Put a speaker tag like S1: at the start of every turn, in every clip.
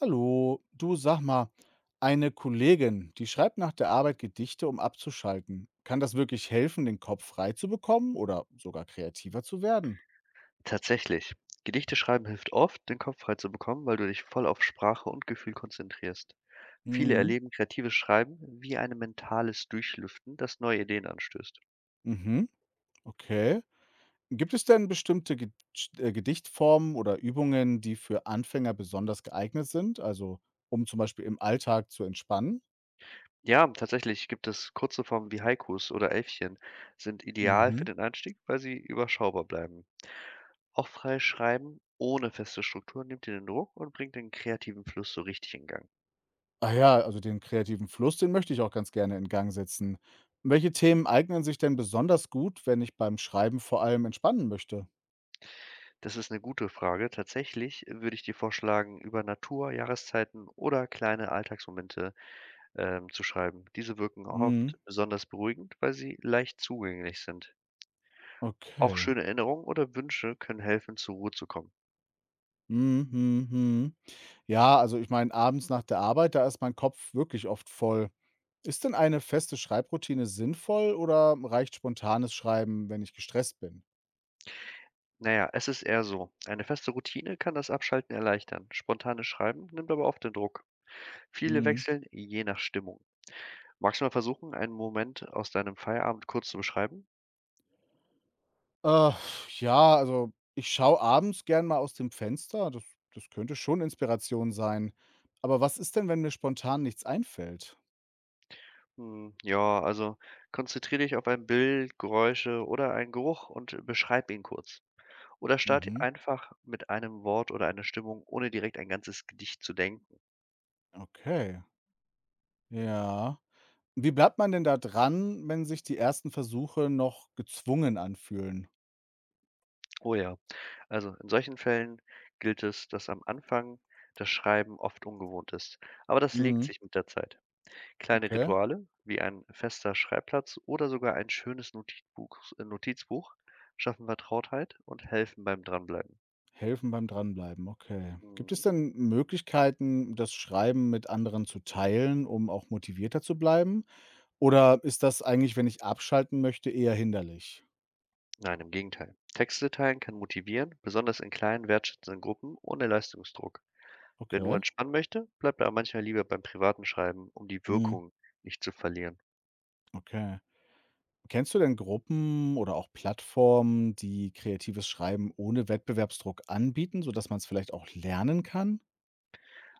S1: Hallo, du sag mal, eine Kollegin, die schreibt nach der Arbeit Gedichte, um abzuschalten. Kann das wirklich helfen, den Kopf frei zu bekommen oder sogar kreativer zu werden?
S2: Tatsächlich. Gedichte schreiben hilft oft, den Kopf frei zu bekommen, weil du dich voll auf Sprache und Gefühl konzentrierst. Viele
S1: Mhm.
S2: erleben kreatives Schreiben wie ein mentales Durchlüften, das neue Ideen anstößt.
S1: Mhm. Okay. Gibt es denn bestimmte Ge Gedichtformen oder Übungen, die für Anfänger besonders geeignet sind, also um zum Beispiel im Alltag zu entspannen?
S2: Ja, tatsächlich gibt es kurze Formen wie Haikus oder Elfchen, sind ideal für
S1: Mhm.
S2: den Einstieg, weil sie überschaubar bleiben. Auch freies Schreiben ohne feste Struktur nimmt dir den Druck und bringt den kreativen Fluss so richtig in Gang.
S1: Ah ja, also den kreativen Fluss, den möchte ich auch ganz gerne in Gang setzen. Welche Themen eignen sich denn besonders gut, wenn ich beim Schreiben vor allem entspannen möchte?
S2: Das ist eine gute Frage. Tatsächlich würde ich dir vorschlagen, über Natur, Jahreszeiten oder kleine Alltagsmomente zu schreiben. Diese wirken
S1: Mhm.
S2: oft besonders beruhigend, weil sie leicht zugänglich sind. Auch
S1: Okay.
S2: schöne Erinnerungen oder Wünsche können helfen, zur Ruhe zu kommen.
S1: Mhm, mhm, mhm. Ja, also ich meine, abends nach der Arbeit, da ist mein Kopf wirklich oft voll. Ist denn eine feste Schreibroutine sinnvoll oder reicht spontanes Schreiben, wenn ich gestresst bin?
S2: Naja, es ist eher so. Eine feste Routine kann das Abschalten erleichtern. Spontanes Schreiben nimmt aber oft den Druck. Viele
S1: Mhm.
S2: wechseln je nach Stimmung. Magst du mal versuchen, einen Moment aus deinem Feierabend kurz zu beschreiben?
S1: Äh, ja, also ich schaue abends gern mal aus dem Fenster. Das könnte schon Inspiration sein. Aber was ist denn, wenn mir spontan nichts einfällt?
S2: Hm, ja, also konzentriere dich auf ein Bild, Geräusche oder einen Geruch und beschreib ihn kurz. Oder starte
S1: Mhm.
S2: einfach mit einem Wort oder einer Stimmung, ohne direkt ein ganzes Gedicht zu denken.
S1: Okay. Ja. Wie bleibt man denn da dran, wenn sich die ersten Versuche noch gezwungen anfühlen?
S2: Oh ja. Also in solchen Fällen gilt es, dass am Anfang das Schreiben oft ungewohnt ist. Aber das legt
S1: Mhm.
S2: sich mit der Zeit. Kleine
S1: Okay.
S2: Rituale, wie ein fester Schreibplatz oder sogar ein schönes Notizbuch, Notizbuch schaffen Vertrautheit und helfen beim Dranbleiben.
S1: Helfen beim Dranbleiben, okay. Gibt es
S2: Mhm.
S1: denn Möglichkeiten, das Schreiben mit anderen zu teilen, um auch motivierter zu bleiben? Oder ist das eigentlich, wenn ich abschalten möchte, eher hinderlich?
S2: Nein, im Gegenteil. Texte teilen kann motivieren, besonders in kleinen, wertschätzenden Gruppen ohne Leistungsdruck. Wer nur
S1: Okay.
S2: entspannen möchte, bleibt aber manchmal lieber beim privaten Schreiben, um die Wirkung nicht zu verlieren.
S1: Okay. Kennst du denn Gruppen oder auch Plattformen, die kreatives Schreiben ohne Wettbewerbsdruck anbieten, sodass man es vielleicht auch lernen kann?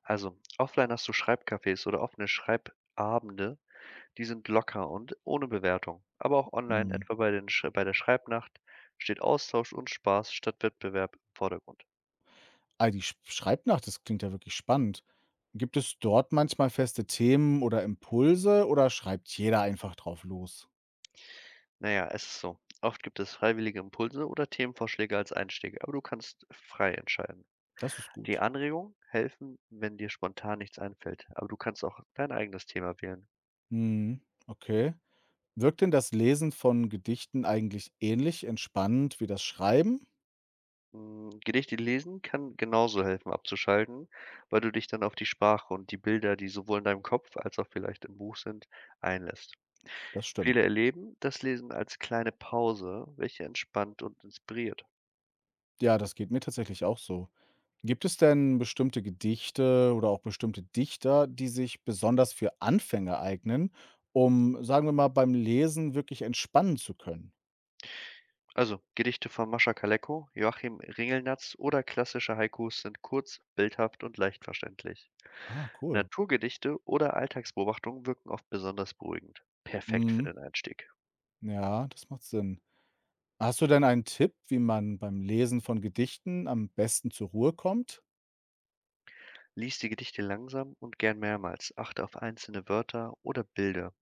S2: Also, offline hast du Schreibcafés oder offene Schreibabende, die sind locker und ohne Bewertung. Aber auch online,
S1: Hm.
S2: etwa bei, den Sch bei der Schreibnacht, steht Austausch und Spaß statt Wettbewerb im Vordergrund.
S1: Ah, die Schreibnacht, das klingt ja wirklich spannend. Gibt es dort manchmal feste Themen oder Impulse oder schreibt jeder einfach drauf los?
S2: Naja, es ist so. Oft gibt es freiwillige Impulse oder Themenvorschläge als Einstieg, aber du kannst frei entscheiden.
S1: Das ist
S2: Die
S1: gut.
S2: Anregungen helfen, wenn dir spontan nichts einfällt, aber du kannst auch dein eigenes Thema wählen.
S1: Mhm, okay. Wirkt denn das Lesen von Gedichten eigentlich ähnlich entspannend wie das Schreiben?
S2: Hm, Gedichte lesen kann genauso helfen, abzuschalten, weil du dich dann auf die Sprache und die Bilder, die sowohl in deinem Kopf als auch vielleicht im Buch sind, einlässt.
S1: Das stimmt.
S2: Viele erleben das Lesen als kleine Pause, welche entspannt und inspiriert.
S1: Ja, das geht mir tatsächlich auch so. Gibt es denn bestimmte Gedichte oder auch bestimmte Dichter, die sich besonders für Anfänger eignen, um, sagen wir mal, beim Lesen wirklich entspannen zu können?
S2: Also Gedichte von Mascha Kaleko, Joachim Ringelnatz oder klassische Haikus sind kurz, bildhaft und leicht verständlich.
S1: Ah, cool.
S2: Naturgedichte oder Alltagsbeobachtungen wirken oft besonders beruhigend. Perfekt für
S1: Mhm.
S2: den Einstieg.
S1: Ja, das macht Sinn. Hast du denn einen Tipp, wie man beim Lesen von Gedichten am besten zur Ruhe kommt?
S2: Lies die Gedichte langsam und gern mehrmals. Achte auf einzelne Wörter oder Bilder.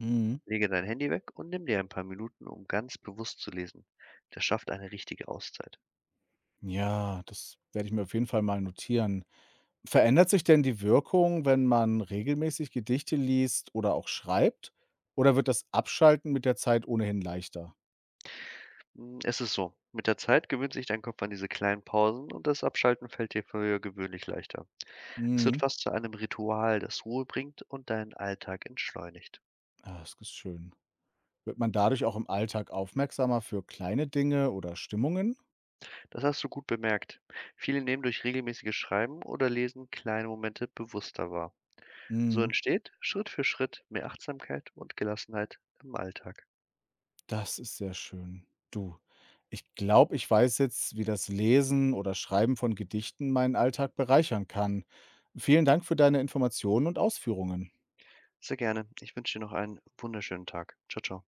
S1: Mhm.
S2: Lege dein Handy weg und nimm dir ein paar Minuten, um ganz bewusst zu lesen. Das schafft eine richtige Auszeit.
S1: Ja, das werde ich mir auf jeden Fall mal notieren. Verändert sich denn die Wirkung, wenn man regelmäßig Gedichte liest oder auch schreibt? Oder wird das Abschalten mit der Zeit ohnehin leichter?
S2: Hm, es ist so, mit der Zeit gewöhnt sich dein Kopf an diese kleinen Pausen und das Abschalten fällt dir für gewöhnlich leichter. Es wird
S1: Mhm.
S2: fast zu einem Ritual, das Ruhe bringt und deinen Alltag entschleunigt.
S1: Ah, das ist schön. Wird man dadurch auch im Alltag aufmerksamer für kleine Dinge oder Stimmungen?
S2: Das hast du gut bemerkt. Viele nehmen durch regelmäßiges Schreiben oder Lesen kleine Momente bewusster wahr. So
S1: Mhm,
S2: entsteht Schritt für Schritt mehr Achtsamkeit und Gelassenheit im Alltag.
S1: das ist sehr schön. Du, ich glaube, ich weiß jetzt, wie das Lesen oder Schreiben von Gedichten meinen Alltag bereichern kann. Vielen Dank für deine Informationen und Ausführungen.
S2: Sehr gerne. Ich wünsche dir noch einen wunderschönen Tag. Ciao, ciao.